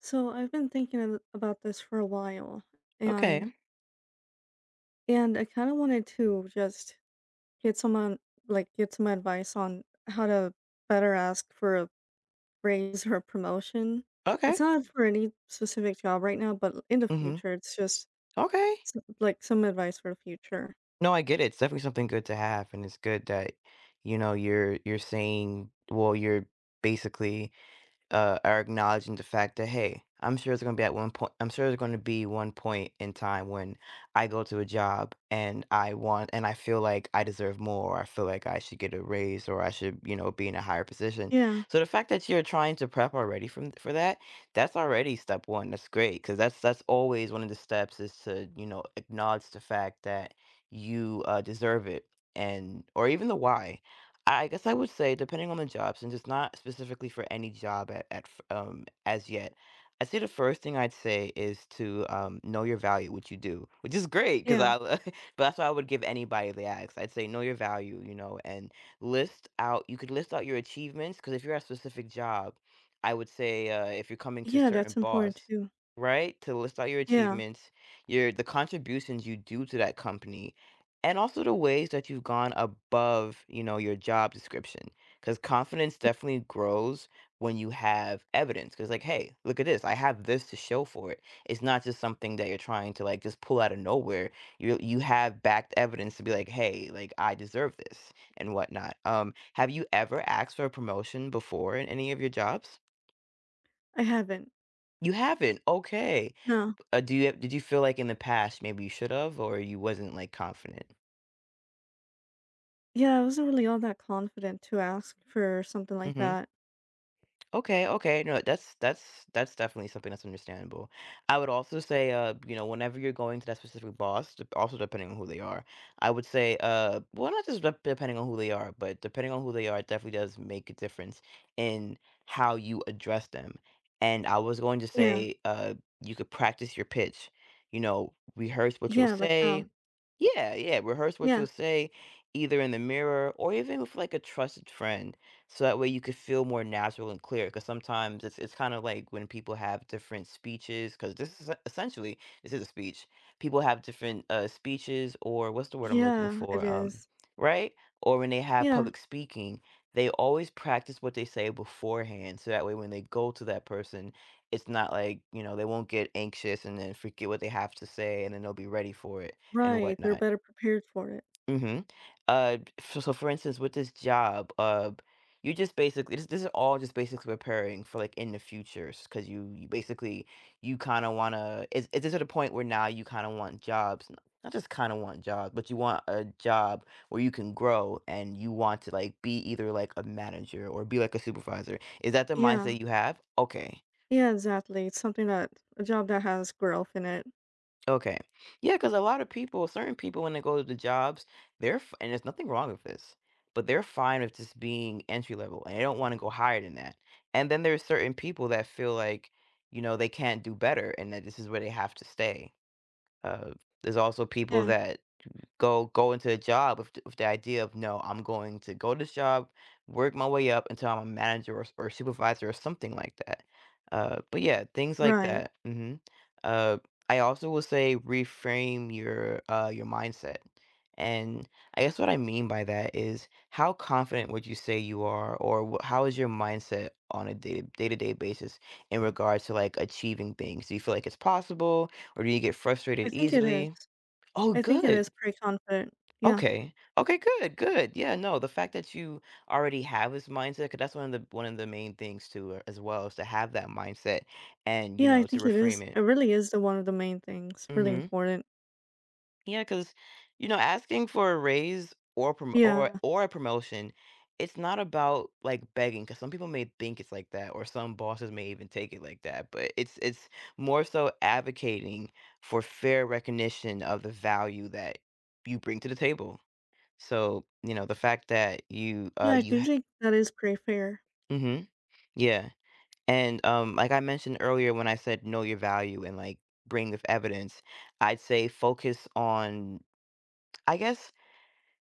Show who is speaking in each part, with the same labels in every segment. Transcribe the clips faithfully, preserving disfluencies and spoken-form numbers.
Speaker 1: So I've been thinking ab- about this for a while, and
Speaker 2: Okay.
Speaker 1: and I kind of wanted to just get someone like get some advice on how to better ask for a raise or a promotion.
Speaker 2: Okay.
Speaker 1: It's not for any specific job right now, but in the
Speaker 2: hmm
Speaker 1: future, it's just
Speaker 2: Okay.
Speaker 1: s- like some advice for the future.
Speaker 2: No, I get it. It's definitely something good to have, and it's good that you know you're you're saying well, you're basically uh, are acknowledging the fact that hey, I'm sure it's going to be at one point. I'm sure there's going to be one point in time when I go to a job and I want and I feel like I deserve more. Or I feel like I should get a raise or I should you know be in a higher position.
Speaker 1: Yeah,
Speaker 2: So the fact that you're trying to prep already from for that, that's already step one. That's great because that's that's always one of the steps is to you know acknowledge the fact that you uh, deserve it and or even the why I guess I would say depending on the jobs, and just not specifically for any job at, at f- um as yet. I'd say the first thing I'd say is to um, know your value, what you do, which is great because
Speaker 1: yeah,
Speaker 2: I. But that's why I would give anybody they ask. I'd say know your value, you know, and list out. You could list out your achievements because if you're at a specific job, I would say uh, if you're coming to a
Speaker 1: yeah.
Speaker 2: certain
Speaker 1: That's important
Speaker 2: boss,
Speaker 1: too.
Speaker 2: right, to list out your
Speaker 1: Yeah,
Speaker 2: achievements, your the contributions you do to that company, and also the ways that you've gone above, you know, your job description. Because confidence
Speaker 1: yeah,
Speaker 2: definitely grows when you have evidence. Because, like, hey, look at this. I have this to show for it. It's not just something that you're trying to like just pull out of nowhere. You you have backed evidence to be like, hey, like I deserve this and whatnot. Um, have you ever asked for a promotion before in any of your jobs?
Speaker 1: I haven't.
Speaker 2: You haven't. Okay.
Speaker 1: No.
Speaker 2: Uh, do you did you feel like in the past maybe you should have or you wasn't like confident?
Speaker 1: Yeah, I wasn't really all that confident to ask for something like
Speaker 2: hmm
Speaker 1: that.
Speaker 2: Okay, okay. No, that's that's that's definitely something that's understandable. I would also say, uh, you know, whenever you're going to that specific boss, dep- also depending on who they are, I would say, uh, well, not just dep- depending on who they are, but depending on who they are, it definitely does make a difference in how you address them. And I was going to
Speaker 1: Yeah,
Speaker 2: say, uh, you could practice your pitch. You know, rehearse what you'll
Speaker 1: yeah. Like how?
Speaker 2: say. Yeah, yeah, rehearse what
Speaker 1: Yeah.
Speaker 2: you'll say, either in the mirror or even with like a trusted friend so that way you could feel more natural and clear because sometimes it's, it's kind of like when people have different speeches because this is essentially this is a speech people have different uh speeches or what's the word I'm looking
Speaker 1: Yeah, it
Speaker 2: for um
Speaker 1: is.
Speaker 2: right or when they have
Speaker 1: Yeah,
Speaker 2: public speaking they always practice what they say beforehand so that way when they go to that person it's not like you know they won't get anxious and then forget what they have to say and then they'll be ready for it and
Speaker 1: right, they're
Speaker 2: whatnot.
Speaker 1: better prepared for it.
Speaker 2: Mhm. Uh, f So for instance, with this job, uh, you just basically this this is all just basically preparing for, like, in the cause you you basically you kinda wanna is is this at a point where now you kinda want jobs n not just kinda want jobs, but you want a job where you can grow and you want to, like, be either, like, a manager or be, like, a supervisor. Is that the
Speaker 1: Yeah.
Speaker 2: mindset you have? Okay.
Speaker 1: Yeah, exactly, it's something that a job that has growth in it.
Speaker 2: Okay. Yeah, because a lot of people, certain people, when they go to the jobs, they're, f- and there's nothing wrong with this, but they're fine with just being entry level and they don't want to go higher than that. And then there's certain people that feel like, you know, they can't do better and that this is where they have to stay. Uh, there's also people
Speaker 1: Yeah,
Speaker 2: that go go into a job with th- with the idea of no, I'm going to go to this job, work my way up until I'm a manager or, s- or supervisor or something like that. Uh, but yeah, things like
Speaker 1: right.
Speaker 2: that. hmm Uh, I also will say reframe your uh your mindset, and I guess what I mean by that is how confident would you say you are, or wh- how is your mindset on a day day to day basis in regards to like achieving things? Do you feel like it's possible, or do you get frustrated
Speaker 1: I think it is.
Speaker 2: easily? Oh,
Speaker 1: I think it
Speaker 2: good.
Speaker 1: is pretty confident. Yeah.
Speaker 2: Okay. Okay, good, good. Yeah, no, the fact that you already have this mindset, 'cause that's one of the one of the main things too, uh, as well, is to have that mindset and, you
Speaker 1: Yeah, I
Speaker 2: know, to
Speaker 1: think it
Speaker 2: reframe
Speaker 1: is. It
Speaker 2: it.
Speaker 1: really is the one of the main things, really
Speaker 2: Mhm.
Speaker 1: important.
Speaker 2: Yeah, 'cause, you know, asking for a raise or prom or
Speaker 1: Yeah.
Speaker 2: or a promotion, it's not about, like, begging, 'cause some people may think it's like that, or some bosses may even take it like that, but it's it's more so advocating for fair recognition of the value that you bring to the table. So, you know, the fact that you, uh,
Speaker 1: Yeah, I
Speaker 2: you
Speaker 1: do think that is pretty fair.
Speaker 2: mm mhm, yeah, and, um, like I mentioned earlier when I said know your value and, like, bring with evidence, I'd say focus on I guess,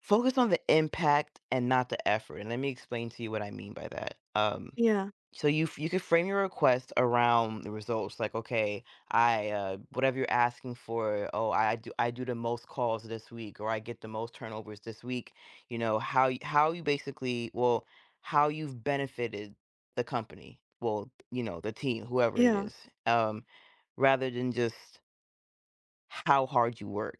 Speaker 2: focus on the impact and not the effort, and let me explain to you what I mean by that, um
Speaker 1: Yeah.
Speaker 2: so you f you could frame your request around the results, like, "Okay, I, uh" whatever you're asking for, "Oh, I do I do the most calls this week," or, "I get the most turnovers this week." You know, how y how you basically well, how you've benefited the company, well, you know, the team, whoever it
Speaker 1: Yeah.
Speaker 2: is, um, rather than just how hard you work.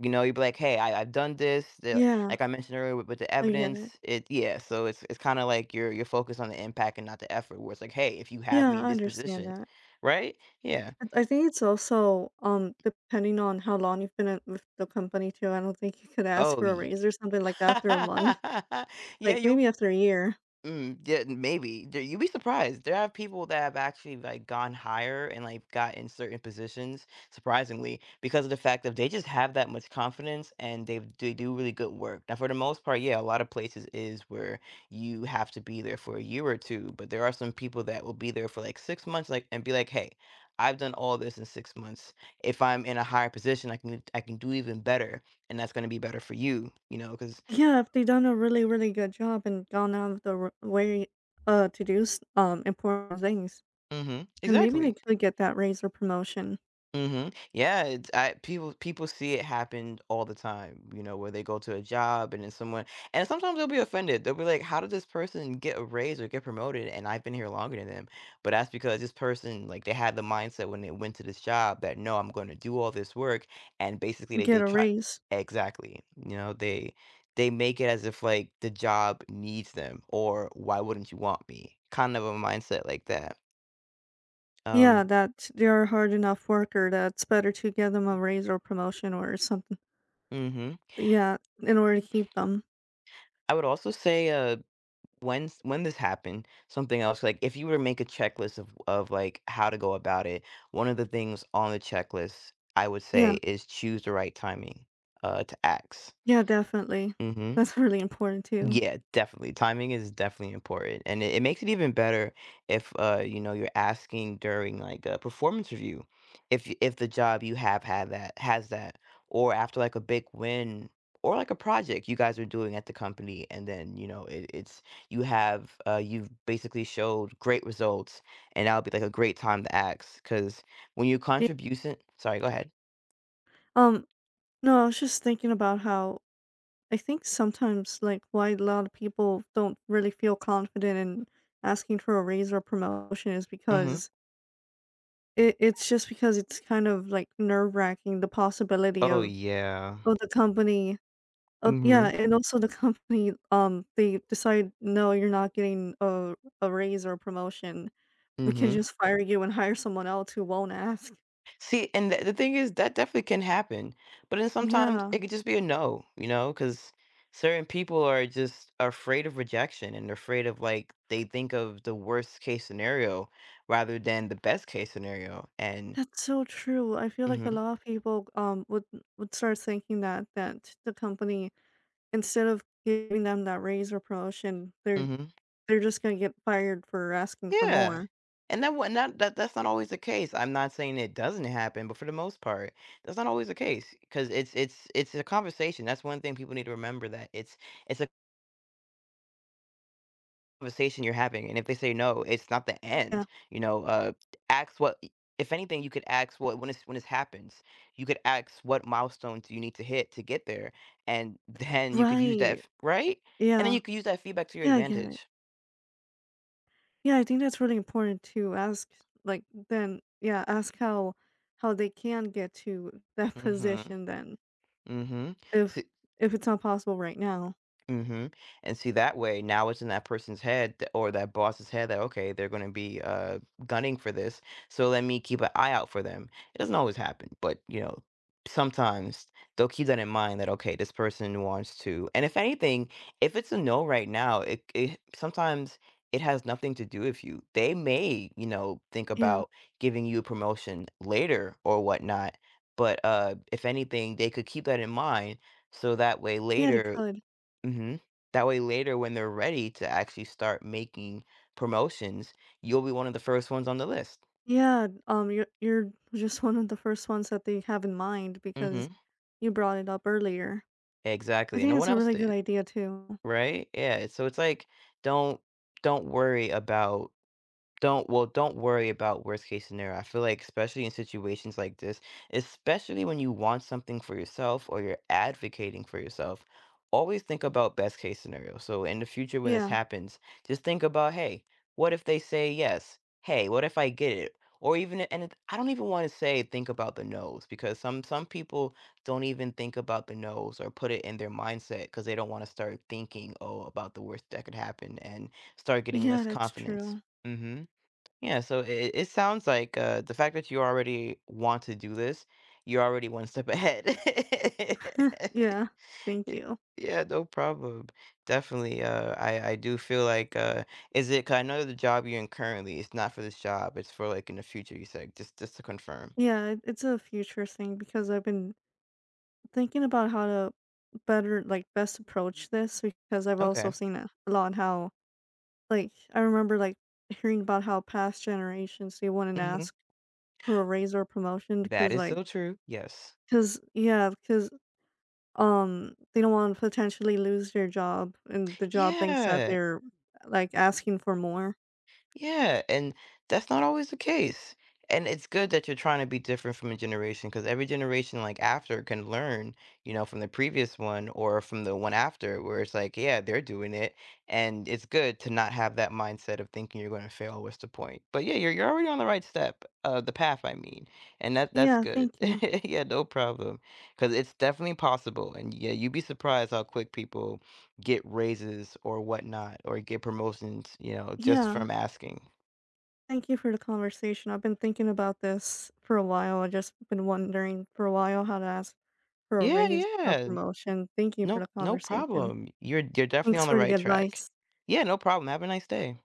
Speaker 2: You know, you'd be like, "Hey, I I've done this." The
Speaker 1: Yeah,
Speaker 2: like I mentioned earlier with, with the
Speaker 1: I get it.
Speaker 2: evidence, it yeah. So it's it's kind of like you're you're focused on the impact and not the effort. Where it's like, "Hey, if you have
Speaker 1: Yeah,
Speaker 2: me in
Speaker 1: I
Speaker 2: this
Speaker 1: understand
Speaker 2: position,
Speaker 1: that.
Speaker 2: right? Yeah.
Speaker 1: I I think it's also, um, depending on how long you've been at with the company too, I don't think you could ask
Speaker 2: Oh,
Speaker 1: for a
Speaker 2: ye-
Speaker 1: raise or something like after a month,
Speaker 2: yeah.
Speaker 1: like,
Speaker 2: You
Speaker 1: maybe after a year.
Speaker 2: Mm, yeah, maybe. There you'd be surprised. There are people that have actually, like, gone higher and, like, got in certain positions, surprisingly, because of the fact that they just have that much confidence and they they do really good work. Now for the most part, yeah, a lot of places is where you have to be there for a year or two, but there are some people that will be there for, like, six months, like and be like, "Hey, I've done all this in six months. If I'm in a higher position, I can I can do even better, and that's gonna be better for you," you know?" Because, know, 'cause
Speaker 1: Yeah, if they done a really, really good job and gone out of the r way, uh, to do s um, important things,
Speaker 2: Mhm,
Speaker 1: and maybe they
Speaker 2: exactly.
Speaker 1: could get that raise or promotion,
Speaker 2: Mhm. Yeah, it's I people people see it happen all the time, you know, where they go to a job and then someone and sometimes they'll be offended. They'll be like, "How did this person get a raise or get promoted and I've been here longer than them?" But that's because this person, like, they had the mindset when they went to this job that, "No, I'm going to do all this work." And basically they they
Speaker 1: get a
Speaker 2: try
Speaker 1: raise.
Speaker 2: exactly. You know, they they make it as if like the job needs them or why wouldn't you want me? Kind of a mindset like that.
Speaker 1: Yeah,
Speaker 2: Um,
Speaker 1: that they're a hard enough worker that it's better to give them a raise or promotion or something.
Speaker 2: mhm.
Speaker 1: Yeah, in order to keep them.
Speaker 2: I would also say, uh when s when this happened, something else, like, if you were to make a checklist of of, like, how to go about it, one of the things on the checklist, I would say,
Speaker 1: Yeah.
Speaker 2: is choose the right timing, uh, to act.
Speaker 1: Yeah, definitely. That's really important too.
Speaker 2: Yeah, definitely. Timing is definitely important, and it, it makes it even better if uh you know you're asking during like a performance review, if y- if the job you have had that has that, or after like a big win or like a project you guys are doing at the company, and then you know it, it's you have uh you've basically showed great results, and that'll be like a great time to ask because when you
Speaker 1: Yeah.
Speaker 2: contribution, sorry, go ahead.
Speaker 1: Um, no, I was just thinking about how I think sometimes like why a lot of people don't really feel confident in asking for a raise or promotion is
Speaker 2: Mm-hmm.
Speaker 1: because it, it's just because it's kind of like nerve wracking the possibility
Speaker 2: Oh
Speaker 1: of
Speaker 2: yeah.
Speaker 1: of the company. Uh, yeah,
Speaker 2: Mm-hmm.
Speaker 1: and also the company, um, they decide, "No, you're not getting a a raise or a promotion. We can
Speaker 2: Mm-hmm.
Speaker 1: just fire you and hire someone else who won't ask."
Speaker 2: See, and the the thing is that definitely can happen, but then sometimes
Speaker 1: Yeah,
Speaker 2: it could just be a no, you know, because certain people are just afraid of rejection and they're afraid of like they think of the worst case scenario rather than the best case scenario. And
Speaker 1: that's so true. I feel like a
Speaker 2: hmm
Speaker 1: lot of people, um, would would start thinking that that the company, instead of giving them that raise or promotion, they're
Speaker 2: hmm
Speaker 1: they're just gonna get fired for asking for
Speaker 2: yeah,
Speaker 1: more.
Speaker 2: and that what not that that's not always the case. I'm not saying it doesn't happen, but for the most part, that's not always the case because it's it's it's a conversation. That's one thing people need to remember that it's it's a conversation you're having, and if they say no, it's not the
Speaker 1: Yeah.
Speaker 2: end. You know, uh, ask what if anything you could ask what when it's when this happens, you could ask what milestones you need to hit to get there, and then you could use that
Speaker 1: Right.
Speaker 2: f- right, and then
Speaker 1: Yeah.
Speaker 2: you could use that feedback to your
Speaker 1: Yeah, I get it.
Speaker 2: advantage.
Speaker 1: Yeah, I think that's really important to ask like then yeah, ask how how they can get to that
Speaker 2: Mm-hmm.
Speaker 1: position then
Speaker 2: Mm-hmm. So,
Speaker 1: if if it's not possible right now.
Speaker 2: Mhm, and see, that way, now it's in that person's head th or that boss's head that, "Okay, they're gonna be, uh, gunning for this, so let me keep an eye out for them." It doesn't always happen, but, you know, sometimes they'll keep that in mind that, "Okay, this person wants to" and if anything, if it's a no right now, it it sometimes it has nothing to do with you. They may, you know, think
Speaker 1: Yeah.
Speaker 2: about giving you a promotion later or whatnot, but, uh, if anything, they could keep that in mind so that way
Speaker 1: Yeah, they
Speaker 2: later.
Speaker 1: could.
Speaker 2: Mhm. That way later when they're ready to actually start making promotions, you'll be one of the first ones on the list.
Speaker 1: Yeah, um you're you're just one of the first ones that they have in mind because
Speaker 2: Mhm.
Speaker 1: you brought it up earlier. I
Speaker 2: Exactly, no
Speaker 1: think
Speaker 2: one
Speaker 1: that's a
Speaker 2: else
Speaker 1: really good
Speaker 2: did,
Speaker 1: idea too.
Speaker 2: right? Yeah, so it's like, don't don't worry about Don't well, don't worry about worst case scenario. I feel like especially in situations like this, especially when you want something for yourself or you're advocating for yourself, always think about best case scenario. So in the future when this
Speaker 1: Yeah.
Speaker 2: happens, just think about, hey, what if they say yes? Hey, what if I get it? Or even and it, I don't even want to say think about the no's because some some people don't even think about the no's or put it in their mindset because they don't want to start thinking, oh, about the worst that could happen and start getting
Speaker 1: Yeah,
Speaker 2: less
Speaker 1: that's
Speaker 2: confidence.
Speaker 1: true.
Speaker 2: Mm-hmm. Yeah, so it, it sounds like uh, the fact that you already want to do this, you're already one step ahead.
Speaker 1: yeah. Thank
Speaker 2: Y-
Speaker 1: you.
Speaker 2: Yeah, no problem. Definitely. Uh, I I do feel like uh, is it? Cause I know the job you're in currently. It's not for this job. It's for like in the future. You said just just to confirm.
Speaker 1: Yeah, it, it's a future thing because I've been thinking about how to better like best approach this because I've also
Speaker 2: Okay.
Speaker 1: seen a a lot how like I remember like hearing about how past generations they wouldn't
Speaker 2: Mm-hmm.
Speaker 1: ask for a raise or promotion
Speaker 2: That
Speaker 1: because
Speaker 2: is
Speaker 1: like
Speaker 2: so true. Yes.
Speaker 1: because yeah because um they don't want to potentially lose their job and the job thinks that
Speaker 2: Yeah.
Speaker 1: they're like asking for more.
Speaker 2: Yeah, and that's not always the case. And it's good that you're trying to be different from a generation because every generation, like after, can learn, you know, from the previous one or from the one after, where it's like, yeah, they're doing it. And it's good to not have that mindset of thinking you're going to fail. What's the point? But yeah, you're, you're already on the right step, uh, the path, I mean. And that that's
Speaker 1: Yeah,
Speaker 2: good.
Speaker 1: thank you.
Speaker 2: Yeah, no problem. Because it's definitely possible. And yeah, you'd be surprised how quick people get raises or whatnot or get promotions, you know, just
Speaker 1: Yeah,
Speaker 2: from asking.
Speaker 1: thank you for the conversation. I've been thinking about this for a while. I just been wondering for a while how to ask for a
Speaker 2: Yeah,
Speaker 1: raise or a
Speaker 2: yeah.
Speaker 1: promotion. Thank you for
Speaker 2: No,
Speaker 1: the
Speaker 2: no
Speaker 1: conversation.
Speaker 2: problem. You're you're definitely
Speaker 1: Thanks
Speaker 2: on the
Speaker 1: for the
Speaker 2: right track.
Speaker 1: advice.
Speaker 2: Yeah, no problem. Have a nice day.